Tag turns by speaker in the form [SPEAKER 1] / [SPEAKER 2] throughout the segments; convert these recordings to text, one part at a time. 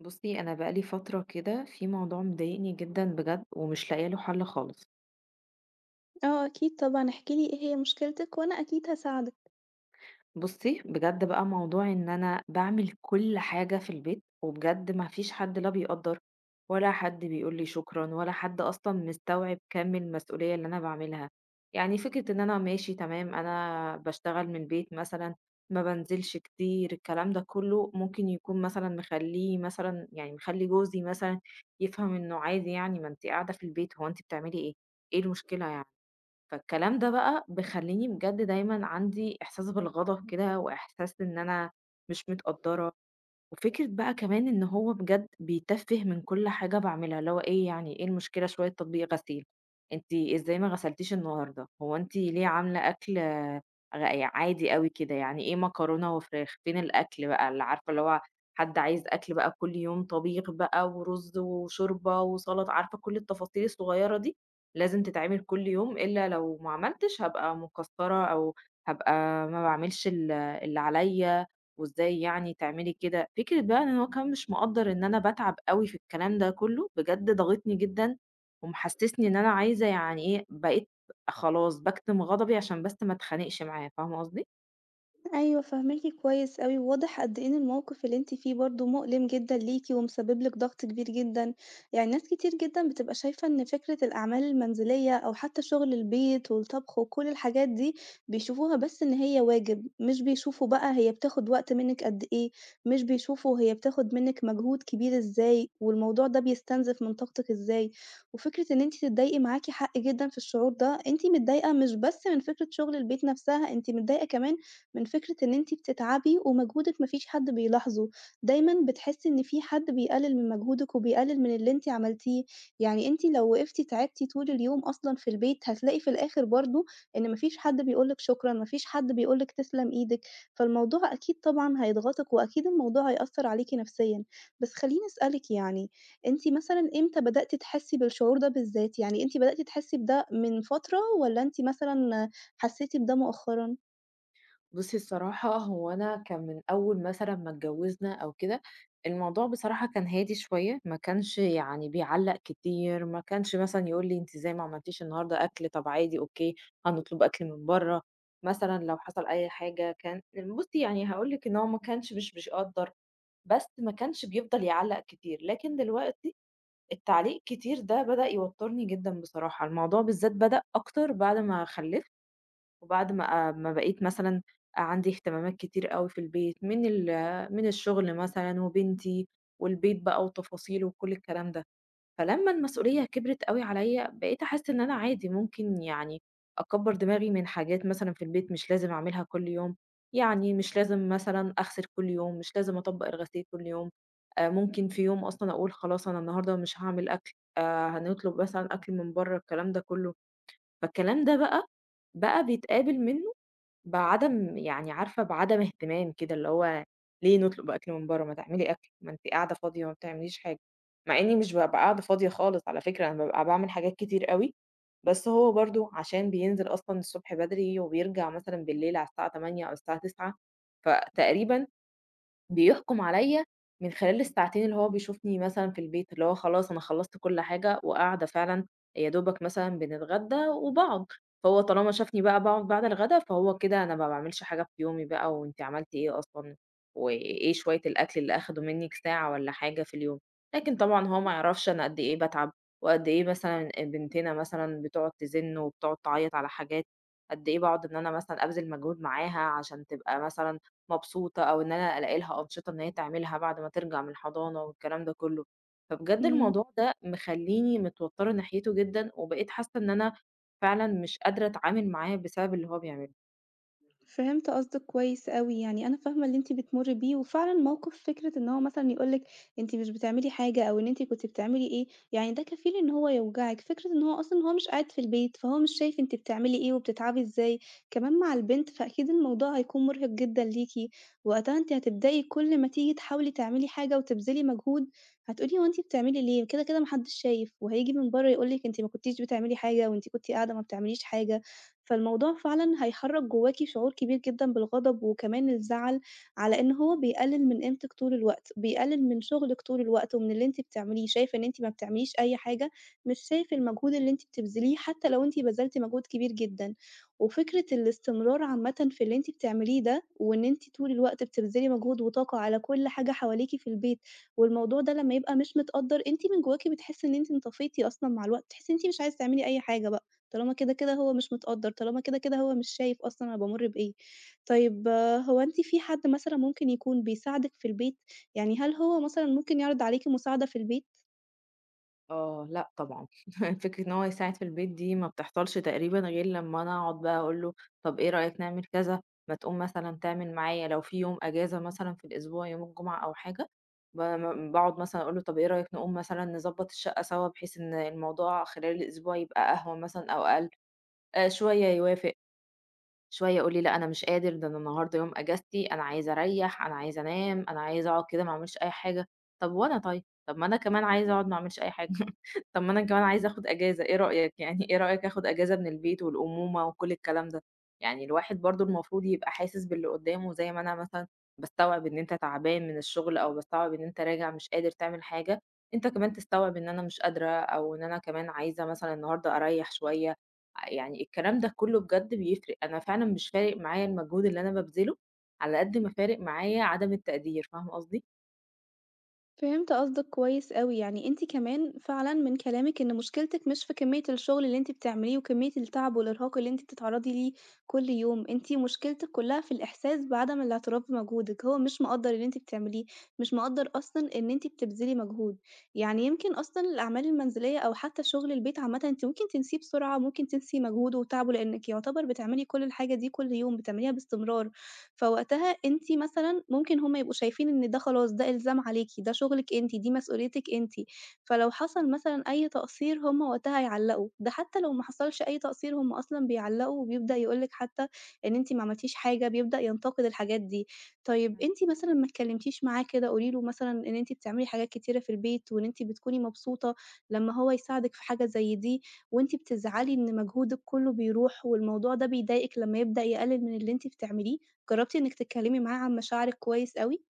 [SPEAKER 1] بُصّي، أنا بقى لي فترة كده في موضوع مضايقني جدًا بجد ومش لاقية له حل خالص.
[SPEAKER 2] آه أكيد طبعًا، احكِ لي إيه هي مشكلتِك وأنا أكيد هاساعدِك.
[SPEAKER 1] بُصّي، بجد بقى موضوع إن أنا باعمل كل حاجة في البيت، وبجد ما فيش حد لا بيقدّر ولا حد بيقول لي شكرًا ولا حد أصلًا مستوعب كَم المسؤولية اللي أنا باعملها، يعني فكرة إن أنا ماشي تمام أنا باشتغل من البيت مثلًا، ما بانزلش كتير الكلام ده كلّه، ممكن يكون مثلًا مخلّيه مثلًا يعني مخلّي جوزي مثلًا يفهم إنه عادي يعني ما أنتِ قاعدة في البيت هو أنتِ بتعملي إيه؟ إيه المشكلة يعني؟ فالكلام ده بقى بيخلّيني بجد دايمًا عندي إحساس بالغضب كده وإحساس إن أنا مش متقدّرة، وفكرة بقى كمان إن هو بجد بيتفّه من كل حاجة باعملها، اللي هو إيه يعني إيه المشكلة شوية تطبيق غسيل، أنتِ إزاي ما غسلتيش النهارده، هو أنتِ ليه عاملة أكل آه، غ يعني عادي أوي كده، يعني إيه مكرونة وفراخ، فين الأكل بقى اللي عارفة اللي هو حد عايز أكل بقى كل يوم طبيخ بقى ورز وشوربة وسَلَطة، عارفة كل التفاصيل الصغيرة دي لازم تتعمل كل يوم، إلا لو ما عملتش هابقى مقصّرة أو هابقى ما باعملش اللي عليَّ. وإزاي يعني تعملي كده. فكرة بقى إن هو كان مش مقدّر إن أنا باتعب أوي في الكلام ده كلّه، بجد ضاغطني جدًا، ومحسسني إن أنا عايزة يعني إيه، بقيت خلاص باكتم غضبي عشان بس ما اتخانقش معاه، فاهمة قصدي؟
[SPEAKER 2] أيوه فاهماكِ كويس أوي، وواضح قد إيه إن الموقف اللي أنتِ فيه برضه مؤلم جدًا ليكِ ومسبب لِك ضغط كبير جدًا، يعني ناس كتير جدًا بتبقى شايفة إن فكرة الأعمال المنزلية أو حتى شغل البيت والطبخ وكل الحاجات دي، بيشوفوها بس إن هي واجب، مش بيشوفوا بقى هي بتاخد وقت منِك قد إيه، مش بيشوفوا هي بتاخد منِك مجهود كبير إزاي، والموضوع ده بيستنزف من طاقتِك إزاي، وفكرة إن أنتِ تتضايقي معاكِ حق جدًا في الشعور ده، أنتِ متضايقة مش بس من فكرة شغل البيت نفسها، أنتِ متضايقة كمان من فكرة إن أنتِ بتتعبي ومجهودِك ما فيش حد بيلاحظه، دايمًا بتحسّي إن في حد بيقلل من مجهودِك وبيقلل من اللي أنتِ عملتيه، يعني أنتِ لو وقفتِ تعبتِ طول اليوم أصلًا في البيت هتلاقي في الآخر برضه إن ما فيش حد بيقول لِك شكرًا، ما فيش حد بيقول لِك تسلم إيدِك، فالموضوع أكيد طبعًا هيضغطِك وأكيد الموضوع هيأثّر عليكِ نفسيًا. بس خلّيني أسألِك يعني، أنتِ مثلًا إمتى بدأتِ تحسّي بالشعور ده بالذات؟ يعني أنتِ بدأتِ تحسّي بده من فترة والّا أنتِ مثلًا حسّيتِ بده مؤخرًا؟
[SPEAKER 1] بُصّي الصراحة هو أنا كان من أول مثلًا ما اتجوّزنا أو كده، الموضوع بصراحة كان هادي شوية، ما كانش يعني بيعلّق كتير، ما كانش مثلًا يقول لي أنتِ إزاي ما عملتيش النهارده أكل، طب عادي أوكي هنطلب أكل من برّه، مثلًا لو حصل أي حاجة كان بُصّي يعني هاقول لِك إن هو ما كانش مش بيقدّر، بس ما كانش بيفضل يعلّق كتير، لكن دلوقتي التعليق كتير ده بدأ يوتّرني جدًا بصراحة، الموضوع بالذات بدأ أكتر بعد ما خلّفت. وبعد ما ما بقيت مثلًا عندي اهتمامات كتير أوي في البيت، من الشغل مثلًا وبنتي والبيت بقى وتفاصيله وكل الكلام ده، فلمّا المسؤولية كبرت أوي عليَّ بقيت أحس إن أنا عادي ممكن يعني أكبّر دماغي من حاجات مثلًا في البيت مش لازم أعملها كل يوم، يعني مش لازم مثلًا أغسل كل يوم، مش لازم أطبّق الغسيل كل يوم، ممكن في يوم أصلًا أقول خلاص أنا النهارده مش هاعمل أكل، هنطلب مثلًا أكل من برّه الكلام ده كله، فالكلام ده بقى، بقى بيتقابل من بعدم يعني عارفة بعدم اهتمام كده، اللي هو ليه نطلب أكل من برّه، ما تعملي أكل، ما أنتِ قاعدة فاضية ما بتعمليش حاجة، مع إني مش بابقى قاعدة فاضية خالص على فكرة، أنا بابقى باعمل حاجات كتير أوي، بس هو برضه عشان بينزل أصلًا الصبح بدري وبيرجع مثلًا بالليل على الساعة 20:00 أو الساعة 21:00 فتقريبًا بيحكم عليَّ من خلال الساعتين اللي هو بيشوفني مثلًا في البيت، اللي هو خلاص أنا خلّصت كل حاجة وقاعدة فعلًا يا دوبك مثلًا بنتغدى وباقعد، فهو طالما شافني بقى باقعد بعد الغدا فهو كده أنا ما باعملش حاجة في يومي بقى، وأنتِ عملتِ إيه أصلًا، وإيه شوية الأكل اللي أخدوا منِّك ساعة والّا حاجة في اليوم، لكن طبعًا هو ما يعرفش أنا قد إيه باتعب، وقد إيه مثلًا بنتنا مثلًا بتقعد تزن وبتقعد تعيط على حاجات، قد إيه باقعد إن أنا مثلًا أبذل مجهود معاها عشان تبقى مثلًا مبسوطة، أو إن أنا ألاقي لها أنشطة إن هي تعملها بعد ما ترجع من الحضانة والكلام ده كله. فبجد
[SPEAKER 2] إمم.
[SPEAKER 1] الموضوع ده مخلّيني متوترة ناحيته جدًا، وبقيت حاسة إن أنا فعلًا مش قادرة أتعامل معاه بسبب اللي هو بيعمله.
[SPEAKER 2] فهمت قصدِك كويس أوي، يعني أنا فاهمة اللي أنتِ بتمُرّي بيه، وفعلًا موقِف فكرة إن هو مثلًا يقول لِك أنتِ مش بتعملي حاجة أو إن أنتِ كنتِ بتعملي إيه، يعني ده كفيل إن هو يوجعِك، فكرة إن هو أصلًا هو مش قاعد في البيت، فهو مش شايف أنتِ بتعملي إيه وبتتعبي إزاي، كمان مع البنت، فأكيد الموضوع هيكون مُرهِق جدًا ليكِ، وقتها أنتِ هتبدئي كل ما تيجي تحاولي تعملي حاجة وتبذلي مجهود، هتقولي هو أنتِ بتعملي ليه؟ كده، كده ما حدّش شايف، وهييجي من برّه يقول لِك أنتِ ما كنتيش بتعملي حاجة وأنتِ كنتِ قاعدة ما بتعمليش حاجة. فالموضوع فعلًا هيحرّك جواكِ شعور كبير جدًا بالغضب وكمان الزعل، على إن هو بيقلل من قيمتِك طول الوقت، بيقلل من شغلِك طول الوقت ومن اللي أنتِ بتعمليه، شايف إن أنتِ ما بتعمليش أي حاجة، مش شايف المجهود اللي أنتِ بتبذليه حتى لو أنتِ بذلتِ مجهود كبير جدًا. وفكرة الاستمرار عامةً في اللي أنتِ بتعمليه ده، وإن أنتِ طول الوقت بتبذلي مجهود وطاقة على كل حاجة حواليكِ في البيت، والموضوع ده لمّا يبقى مش متقدّر، أنتِ من جواكِ بتحسّي إن أنتِ انطفيتِ أصلًا مع الوقت، بتحسّي إن أنتِ مش عايزة تعملي أي حاجة بقى. طالما كده، كده هو مش متقدّر، طالما كده، كده هو مش شايف أصلًا أنا بامُر بإيه. طيب هو أنتِ في حد مثلًا ممكن يكون بيساعدِك في البيت؟ يعني هل هو مثلًا ممكن يعرض عليكِ مساعدة في البيت؟
[SPEAKER 1] آه، لأ طبعًا. فكرة إن هو يساعد في البيت دي ما بتحصلش تقريبًا غير لمّا أنا أقعد بقى أقول له طب إيه رأيك نعمل كذا، ما تقوم مثلًا تعمل معايا لو في يوم أجازة مثلًا في الأسبوع يوم الجمعة أو حاجة، ب م باقعد مثلًا أقول له طب إيه رأيك نقوم مثلًا نضبّط الشقة سوا بحيث إن الموضوع خلال الأسبوع يبقى أهون مثلًا أو أقل، شوية يوافق، شوية يقول لي لأ أنا مش قادر، ده أنا النهارده يوم أجازتي، أنا عايز أريّح، أنا عايز أنام، أنا عايز أقعد كده ما أعملش أي حاجة. طب وأنا طيب؟ طب ما أنا كمان عايزة أقعد ما أعملش أي حاجة، طب ما أنا كمان عايزة آخد أجازة، إيه رأيك؟ يعني إيه رأيك آخد أجازة من البيت والأمومة وكل الكلام ده؟ يعني الواحد برضه المفروض يبقى حاسس باللي قدّامه، زي ما أنا مثلًا باستوعب إن أنت تعبان من الشغل أو باستوعب إن أنت راجع مش قادر تعمل حاجة، أنت كمان تستوعب إن أنا مش قادرة أو إن أنا كمان عايزة مثلًا النهارده أريّح شوية. يعني الكلام ده كله بجد بيفرق، أنا فعلًا مش فارق معايا المجهود اللي أنا بابذله، على قد ما فارق معايا عدم التقدير، فاهمة قصدي؟
[SPEAKER 2] فهمت قصدِك كويس أوي، يعني أنتِ كمان فعلًا من كلامِك إن مشكلتِك مش في كمية الشغل اللي أنتِ بتعمليه وكمية التعب والإرهاق اللي أنتِ بتتعرضي ليه كل يوم، أنتِ مشكلتِك كلها في الإحساس بعدم الاعتراف بمجهودِك، هو مش مقدّر اللي أنتِ بتعمليه، مش مقدّر أصلًا إن أنتِ بتبذلي مجهود، يعني يمكن أصلًا الأعمال المنزلية أو حتى شغل البيت عامةً أنتِ ممكن تنسيه بسرعة، ممكن تنسي مجهوده وتعبه لإنِك يعتبر بتعملي كل الحاجة دي كل يوم، بتعمليها باستمرار. فوقتها أنتِ مثلًا ممكن هم يبقوا شايفين إن ده خلاص ده إلزام عليكِ، ده شغلِك أنتِ، دي مسؤوليتِك أنتِ، فلو حصل مثلًا أي تقصير هم وقتها هيعلّقوا، ده حتى لو ما حصلش أي تقصير هم أصلًا بيعلّقوا وبيبدأ يقول لِك حتى إن أنتِ ما عملتيش حاجة، بيبدأ ينتقد الحاجات دي. طيب أنتِ مثلًا ما اتكلمتيش معاه كده، قولي له مثلًا إن أنتِ بتعملي حاجات كتيرة في البيت وإن أنتِ بتكوني مبسوطة لمّا هو يساعدِك في حاجة زي دي، وأنتِ بتزعلي إن مجهودِك كله بيروح والموضوع ده بيضايقِك لمّا يبدأ يقلل من اللي أنتِ بتعمليه؟ جرّبتِ إنِّك تتكلّمي معاه عن مشاعرِك كويس أوي؟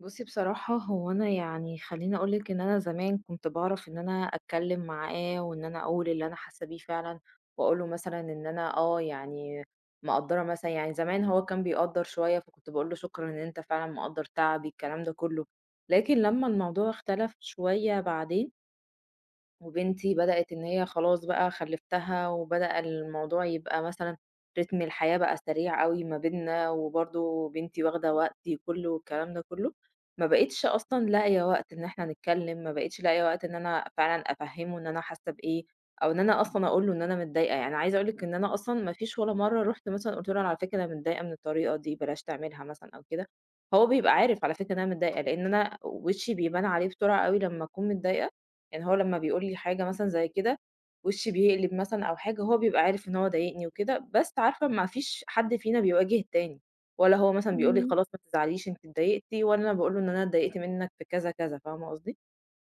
[SPEAKER 1] بُصّي بصراحة هو أنا يعني خلّيني أقول لِك إن أنا زمان كنت باعرف إن أنا أتكلّم معاه، وإن أنا أقول اللي أنا حاسة بيه فعلًا، وأقول له مثلًا إن أنا آه يعني مقدّرة مثلًا يعني زمان هو كان بيقدّر شوية، فكنت باقول له شكرًا إن أنت فعلًا مقدّر تعبي، الكلام ده كله، لكن لمّا الموضوع اختلف شوية بعدين وبنتي بدأت إن هي خلاص بقى خلّفتها، وبدأ الموضوع يبقى مثلًا رتم الحياة بقى سريع أوي ما بيننا، وبرضه بنتي واخدة وقتي كُلّه والكلام ده كُلّه، ما بقيتش أصلًا لاقية وقت إن إحنا نتكلّم، ما بقيتش لاقية وقت إن أنا فعلًا أفهّمه إن أنا حاسة بإيه، أو إن أنا أصلًا أقول له إن أنا متضايقة، يعني عايزة أقول لِك إن أنا أصلًا ما فيش ولا مرّة رُحت مثلًا قُلت له أنا على فكرة أنا متضايقة من الطريقة دي بلاش تعملها مثلًا أو كده، هو بيبقى عارف على فكرة إن أنا متضايقة، لإن أنا وشّي بيبان عليه بسرعة أوي لمّا أكون متضايقة، يعني هو لمّا بيقول لي حاجة مثلًا زي كده، وشّي بيقلب مثلًا أو حاجة، هو بيبقى عارف إن هو ضايقني وكده، بس عارفة ما فيش حد فينا بيواجه التاني، ولا هو مثلًا بيقول لي
[SPEAKER 2] إمم.
[SPEAKER 1] خلاص ما تزعليش أنتِ اتضايقتِ، ولا أنا باقول له إن أنا اتضايقت منك في كذا، كذا، فاهمة قصدي؟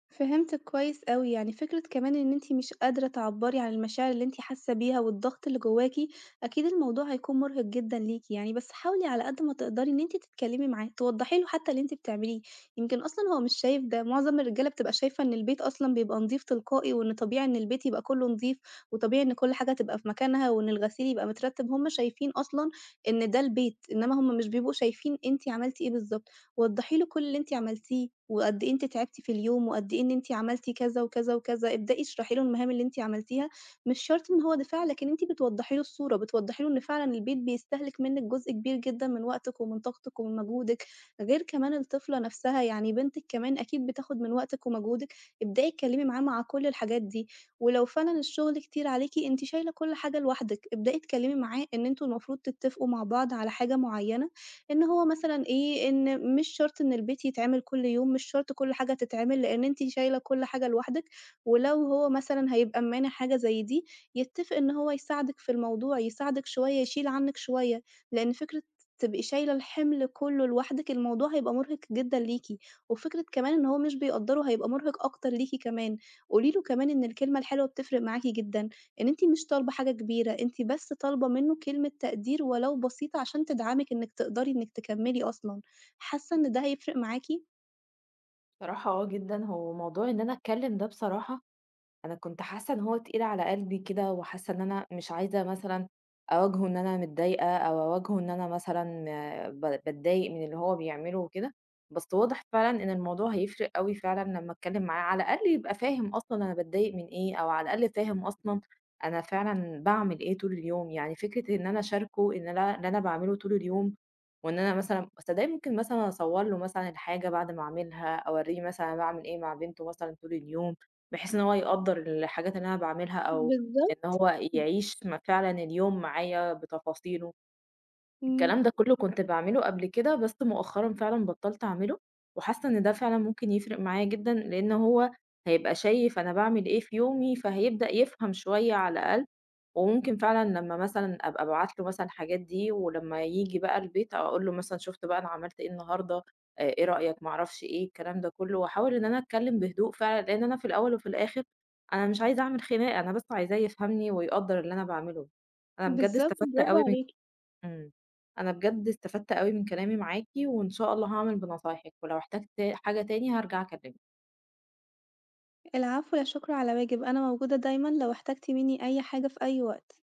[SPEAKER 2] فهمتِك كويس أوي، يعني فكرة كمان إن أنتِ مش قادرة تعبّري عن المشاعر اللي أنتِ حاسة بيها والضغط اللي جواكِ، أكيد الموضوع هيكون مرهق جدًا ليكِ يعني، بس حاولي على قد ما تقدري إن أنتِ تتكلمي معاه، توضّحي له حتى اللي أنتِ بتعمليه، يمكن أصلًا هو مش شايف ده، معظم الرجالة بتبقى شايفة إن البيت أصلًا بيبقى نضيف تلقائي، وإن طبيعي إن البيت يبقى كلّه نضيف، وطبيعي إن كل حاجة تبقى في مكانها، وإن الغسيل يبقى مترتب، هُم شايفين أصلًا إن ده البيت، إنما هُم مش بيبقوا شايفين أنتِ عملتِ إيه بالضبط، وضّحي له كل اللي أنتِ عملتيه. وقد إيه أنتِ تعبتِ في اليوم، وقد إيه إن أنتِ عملتِ كذا وكذا وكذا، ابدئي اشرحي له المهام اللي أنتِ عملتيها، مش شرط إن هو دفاع، لكن أنتِ بتوضّحي له الصورة، بتوضّحي له إن فعلًا البيت بيستهلك منِّك جزء كبير جدًا من وقتِك ومن طاقتِك ومن مجهودِك، غير كمان الطفلة نفسها، يعني بنتِك كمان أكيد بتاخد من وقتِك ومجهودِك، ابدئي اتكلّمي معاه مع كل الحاجات دي، ولو فعلًا الشغل كتير عليكِ أنتِ شايلة كل حاجة لوحدِك، ابدئي اتكلّمي معاه إن أنتم المفروض تتفقوا مع بعض على حاجة معيّنة إن هو مثلًا إيه، إن مش شرط إن البيت يتعمل كل يوم، مش شرط كل حاجة تتعمل، لإن أنتِ شايلة كل حاجة لوحدِك، ولو هو مثلًا هيبقى ممانع حاجة زي دي، يتّفق إن هو يساعدِك في الموضوع، يساعدِك شوية، يشيل عنِّك شوية، لإن فكرة تبقي شايلة الحِمل كلّه لوحدِك، الموضوع هيبقى مرهق جدًا ليكِ، وفكرة كمان إن هو مش بيقدّره هيبقى مرهق أكتر ليكِ كمان، قولي له كمان إن الكلمة الحلوة بتفرق معاكِ جدًا. إن أنتِ مش طالبة حاجة كبيرة، أنتِ بس طالبة منّه كلمة تقدير ولو بسيطة عشان تدعمِك إنِّك تقدري إنِّك تكمّلي أصلًا، حاسة إن ده هيفرق معاكِ؟
[SPEAKER 1] بصراحة آه جدًا، هو موضوع إن أنا أتكلم ده بصراحة أنا كنت حاسة إن هو تقيل على قلبي كده وحاسة إن أنا مش عايزة مثلًا أواجهه إن أنا متضايقة أو أواجهه إن أنا مثلًا باتضايق من اللي هو بيعمله وكده، بس واضح فعلًا إن الموضوع هيفرق أوي فعلًا لمّا أتكلم معاه، على الأقل يبقى فاهم أصلًا أنا باتضايق من إيه، أو على الأقل فاهم أصلًا أنا فعلًا باعمل إيه طول اليوم، يعني فكرة إن أنا أشاركه إن أنا اللي أنا باعمله طول اليوم، وإن أنا مثلًا صدقني ممكن مثلًا أصور له مثلًا الحاجة بعد ما أعملها، أوريه مثلًا أنا باعمل إيه مع بنته مثلًا طول اليوم. بحيث إن هو يقدّر الحاجات اللي أنا باعملها أو إن
[SPEAKER 2] بالضبط،
[SPEAKER 1] هو يعيش فعلًا اليوم معايا بتفاصيله
[SPEAKER 2] إمم،
[SPEAKER 1] الكلام ده كله كنت باعمله قبل كده، بس مؤخرًا فعلًا بطّلت أعمله، وحاسة إن ده فعلًا ممكن يفرق معايا جدًا، لإن هو هيبقى شايف أنا باعمل إيه في يومي، فهيبدأ يفهم شوية على الأقل، وممكن فعلًا لمّا مثلًا أبقى أبعت له مثلًا الحاجات دي، ولمّا ييجي بقى البيت أقول له مثلًا شُفت بقى أنا عملت إيه النهارده، إيه رأيك، ما أعرفش إيه، الكلام ده كله، وأحاول إن أنا أتكلم بهدوء فعلًا، لإن أنا في الأول وفي الآخر أنا مش عايزة أعمل خناقة، أنا بس عايزاه يفهمني ويقدّر اللي أنا باعمله. أنا بجد
[SPEAKER 2] بالضبط،
[SPEAKER 1] استفدت
[SPEAKER 2] برافو
[SPEAKER 1] أوي من
[SPEAKER 2] عليكِ.
[SPEAKER 1] إمم. أنا بجد استفدت أوي من كلامي معاكِ، وإن شاء الله هاعمل بنصايحِك، ولو احتجت حاجة تاني هارجع أكلمِك.
[SPEAKER 2] العفو، لا شكر على واجب، أنا موجودة دايمًا لو احتجتِ منّي أي حاجة في أي وقت.